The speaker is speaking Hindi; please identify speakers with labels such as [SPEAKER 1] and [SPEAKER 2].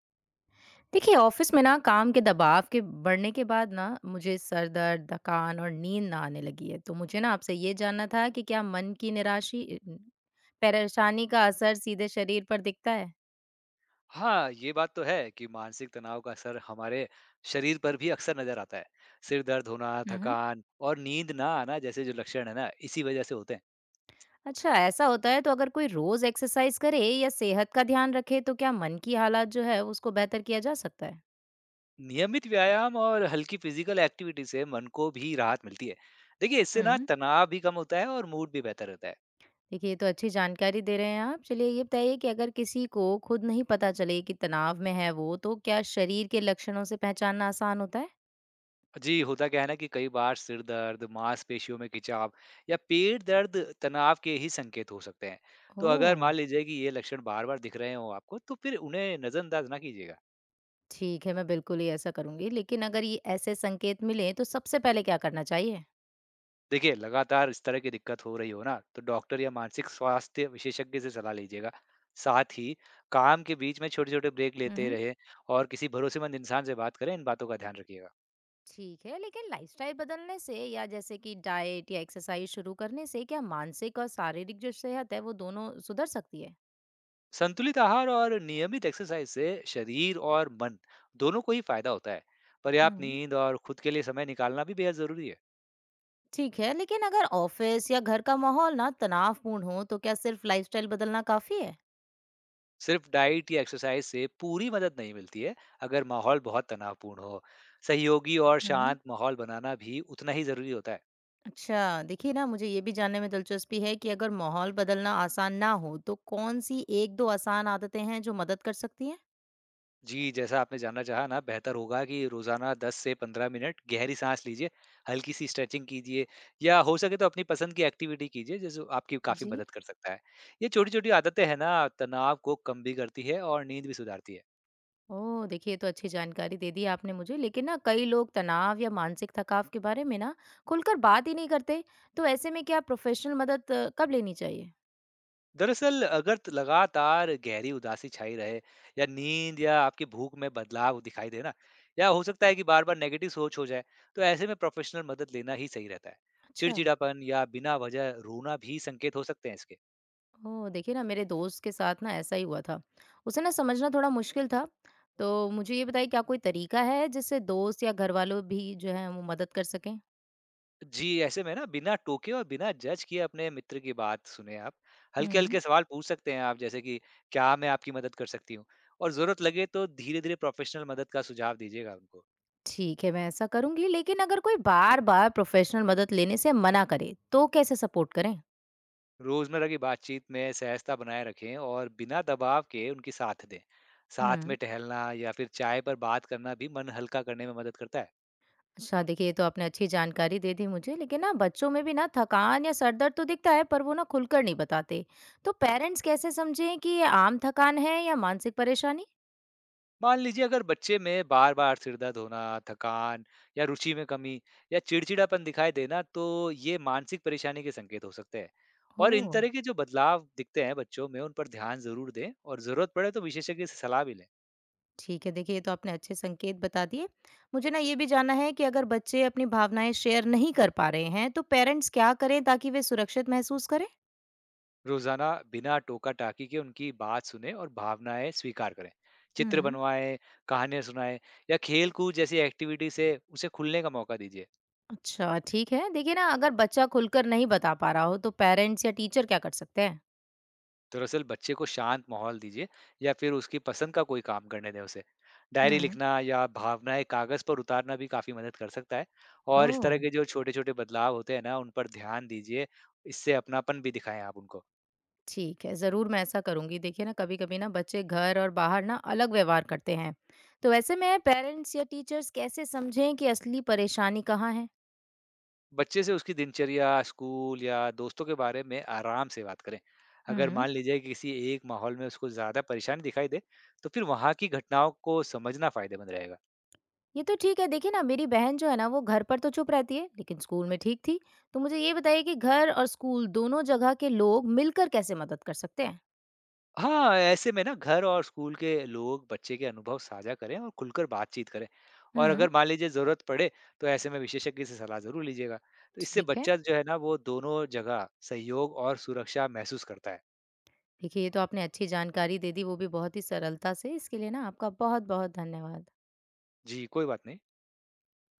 [SPEAKER 1] देखिए ऑफिस में ना काम के दबाव के बढ़ने के बाद ना मुझे सर दर्द थकान और नींद ना आने लगी है। तो मुझे ना आपसे ये जानना था कि क्या मन की निराशी परेशानी का असर सीधे शरीर पर दिखता है।
[SPEAKER 2] हाँ, ये बात तो है कि मानसिक तनाव का असर हमारे शरीर पर भी अक्सर नज़र आता है। सिर दर्द होना,
[SPEAKER 1] हम्म।
[SPEAKER 2] थकान और नींद ना आना जैसे जो लक्षण है ना, इसी वज़ह से होते हैं।
[SPEAKER 1] अच्छा ऐसा होता है तो अगर कोई रोज एक्सरसाइज करे या सेहत का ध्यान रखे तो क्या मन की हालात जो है उसको बेहतर किया जा सकता है।
[SPEAKER 2] नियमित व्यायाम और हल्की फ़िज़िकल एक्टिविटी से मन को भी राहत मिलती है। देखिए, इससे ना
[SPEAKER 1] हम्म।
[SPEAKER 2] तनाव भी कम होता है और मूड भी बेहतर रहता है।
[SPEAKER 1] देखिए ये तो अच्छी जानकारी दे रहे हैं आप। चलिए ये बताइए कि अगर किसी को खुद नहीं पता चले कि तनाव में है वो तो क्या शरीर के लक्षणों से पहचानना आसान होता है।
[SPEAKER 2] जी, होता क्या है ना कि कई बार सिर दर्द, मांसपेशियों में खिंचाव या पेट दर्द तनाव के ही संकेत हो सकते हैं। तो अगर
[SPEAKER 1] ओ।
[SPEAKER 2] मान लीजिए कि ये लक्षण बार-बार दिख रहे हों आपको, तो फिर उन्हें नज़रअंदाज़ ना कीजिएगा।
[SPEAKER 1] ठीक है, मैं बिल्कुल ही ऐसा करूँगी। लेकिन अगर ये ऐसे संकेत मिलें तो सबसे पहले क्या करना चाहिए?
[SPEAKER 2] देखिए, लगातार इस तरह की दिक्कत हो रही हो ना, तो डॉक्टर या मानसिक स्वास्थ्य विशेषज्ञ से सलाह लीजिएगा। साथ ही काम के बीच में छोटे-छोटे ब्रेक
[SPEAKER 1] हुँ,
[SPEAKER 2] लेते
[SPEAKER 1] हुँ।
[SPEAKER 2] रहें और किसी भरोसेमंद इंसान से बात करें, इन बातों का ध्यान रखिएगा।
[SPEAKER 1] ठीक है, लेकिन लाइफ़स्टाइल बदलने से या जैसे कि डाइट या एक्सरसाइज़ शुरू करने से क्या मानसिक और शारीरिक जो सेहत है वो दोनों सुधर सकती है?
[SPEAKER 2] संतुलित आहार और नियमित एक्सरसाइज से शरीर और मन दोनों को ही फायदा होता है। पर्याप्त
[SPEAKER 1] हुँ।
[SPEAKER 2] नींद और खुद के लिए समय निकालना भी बेहद ज़रूरी है।
[SPEAKER 1] ठीक है, लेकिन अगर ऑफ़िस या घर का माहौल ना तनावपूर्ण हो तो क्या सिर्फ़ लाइफ़स्टाइल बदलना काफ़ी है?
[SPEAKER 2] सिर्फ डाइट या एक्सरसाइज से पूरी मदद नहीं मिलती है, अगर माहौल बहुत तनावपूर्ण हो। सहयोगी और
[SPEAKER 1] हुँ।
[SPEAKER 2] शांत माहौल बनाना भी उतना ही ज़रूरी होता है।
[SPEAKER 1] अच्छा, देखिए ना मुझे ये भी जानने में दिलचस्पी है कि अगर माहौल बदलना आसान ना हो तो कौन-सी 1-2 आसान आदतें हैं जो मदद कर सकती हैं?
[SPEAKER 2] जी, जैसा आपने जानना चाहा ना, बेहतर होगा कि रोज़ाना 10 से 15 मिनट गहरी साँस लीजिए, हल्की-सी स्ट्रेचिंग कीजिए या हो सके तो अपनी पसंद की एक्टिविटी कीजिए, जो आपकी काफ़ी
[SPEAKER 1] जी।
[SPEAKER 2] मदद कर सकता है। ये छोटी-छोटी आदतें हैं ना, तनाव को कम भी करती है और नींद भी सुधारती है।
[SPEAKER 1] ओह! देखिए ये तो अच्छी जानकारी दे दी आपने मुझे। लेकिन ना कई लोग तनाव या मानसिक थकाव के बारे में ना खुलकर बात ही नहीं करते, तो ऐसे में क्या प्रोफ़ेशनल मदद कब लेनी चाहिए?
[SPEAKER 2] दरअसल अगर त लगातार गहरी उदासी छाई रहे या नींद या आपकी भूख में बदलाव दिखाई दे ना, या हो सकता है कि बार-बार नेगेटिव सोच हो जाए, तो ऐसे में प्रोफ़ेशनल मदद लेना ही सही रहता है।
[SPEAKER 1] अच्छा,
[SPEAKER 2] चिड़चिड़ापन या बिना वजह रोना भी संकेत हो सकते हैं इसके।
[SPEAKER 1] ओह! देखिए ना मेरे दोस्त के साथ ना ऐसा ही हुआ था। उसे ना समझना थोड़ा मुश्किल था। तो मुझे ये बताइए क्या कोई तरीका है जिससे दोस्त या घरवालों भी जो हैं वो मदद कर सकें?
[SPEAKER 2] जी, ऐसे में ना बिना टोके और बिना जज किए अपने मित्र की बात सुने आप।
[SPEAKER 1] हुँ।
[SPEAKER 2] हल्के-हल्के सवाल पूछ सकते हैं आप जैसे कि क्या मैं आपकी मदद कर सकती हूँ? और ज़रूरत लगे तो धीरे-धीरे प्रोफ़ेशनल मदद का सुझाव दीजिएगा उनको।
[SPEAKER 1] ठीक है, मैं ऐसा करूँगी। लेकिन अगर कोई बार-बार प्रोफ़ेशनल मदद लेने से मना करे, तो कैसे सपोर्ट करें?
[SPEAKER 2] रोज़मर्रा की बातचीत में सहजता बनाए रखें और बिना दबाव के उनकी साथ दें। साथ
[SPEAKER 1] हुँ।
[SPEAKER 2] में टहलना या फिर चाय पर बात करना भी मन हल्का करने में मदद करता है।
[SPEAKER 1] अच्छा देखिए ये तो आपने अच्छी जानकारी दे दी मुझे। लेकिन ना बच्चों में भी ना थकान या सर दर्द तो दिखता है पर वो ना खुलकर नहीं बताते, तो पेरेंट्स कैसे समझें कि ये आम थकान है या मानसिक परेशानी?
[SPEAKER 2] मान लीजिए अगर बच्चे में बार बार सिर दर्द होना, थकान या रुचि में कमी या चिड़चिड़ापन दिखाई देना, तो ये मानसिक परेशानी के संकेत हो सकते हैं।
[SPEAKER 1] ओ।
[SPEAKER 2] और इन तरह के जो बदलाव दिखते हैं बच्चों में, उन पर ध्यान जरूर दें और जरूरत पड़े तो विशेषज्ञ से सलाह भी लें।
[SPEAKER 1] ठीक है देखिए ये तो आपने अच्छे संकेत बता दिए। मुझे ना ये भी जानना है कि अगर बच्चे अपनी भावनाएं शेयर नहीं कर पा रहे हैं तो पेरेंट्स क्या करें ताकि वे सुरक्षित महसूस करें?
[SPEAKER 2] रोजाना बिना टोका टाकी के उनकी बात सुने और भावनाएं स्वीकार करें। चित्र
[SPEAKER 1] हम्म।
[SPEAKER 2] बनवाएं, कहानियां सुनाएं या खेल कूद जैसी एक्टिविटी से उसे खुलने का मौका दीजिए।
[SPEAKER 1] अच्छा ठीक है देखिए ना अगर बच्चा खुलकर नहीं बता पा रहा हो तो पेरेंट्स या टीचर क्या कर सकते हैं?
[SPEAKER 2] दरअसल बच्चे को शांत माहौल दीजिए या फिर उसकी पसंद का कोई काम करने दें उसे। डायरी
[SPEAKER 1] हम्म।
[SPEAKER 2] लिखना या भावनाएं कागज पर उतारना भी काफी मदद कर सकता है।
[SPEAKER 1] ओ।
[SPEAKER 2] और इस तरह के जो छोटे छोटे बदलाव होते हैं ना, उन पर ध्यान दीजिए। इससे अपनापन भी दिखाएं आप उनको।
[SPEAKER 1] ठीक है, ज़रूर मैं ऐसा करूँगी। देखिए ना, कभी-कभी ना बच्चे घर और बाहर ना अलग व्यवहार करते हैं। तो ऐसे में पेरेंट्स या टीचर्स कैसे समझें कि असली परेशानी कहाँ है?
[SPEAKER 2] बच्चे से उसकी दिनचर्या, स्कूल या दोस्तों के बारे में आराम से बात करें। अगर
[SPEAKER 1] हुँ।
[SPEAKER 2] मान लीजिए कि किसी एक माहौल में उसको ज्यादा परेशानी दिखाई दे, तो फिर वहां की घटनाओं को समझना फायदेमंद रहेगा।
[SPEAKER 1] ये तो ठीक है, देखिए ना मेरी बहन जो है ना वो घर पर तो चुप रहती है, लेकिन स्कूल में ठीक थी। तो मुझे ये बताइए कि घर और स्कूल दोनों जगह के लोग मिलकर कैसे मदद कर सकते हैं?
[SPEAKER 2] हाँ, ऐसे में ना घर और स्कूल के लोग बच्चे के अनुभव साझा करें और खुलकर बातचीत करें। और
[SPEAKER 1] हुँ।
[SPEAKER 2] अगर मान लीजिए ज़रूरत पड़े, तो ऐसे में विशेषज्ञ से सलाह ज़रूर लीजिएगा। तो इससे
[SPEAKER 1] ठीक है।
[SPEAKER 2] बच्चा जो है ना, वो दोनों जगह सहयोग और सुरक्षा महसूस करता है।
[SPEAKER 1] देखिए, ये तो आपने अच्छी जानकारी दे दी, वो भी बहुत ही सरलता से। इसके लिए ना आपका बहुत-बहुत धन्यवाद।
[SPEAKER 2] जी कोई बात नहीं।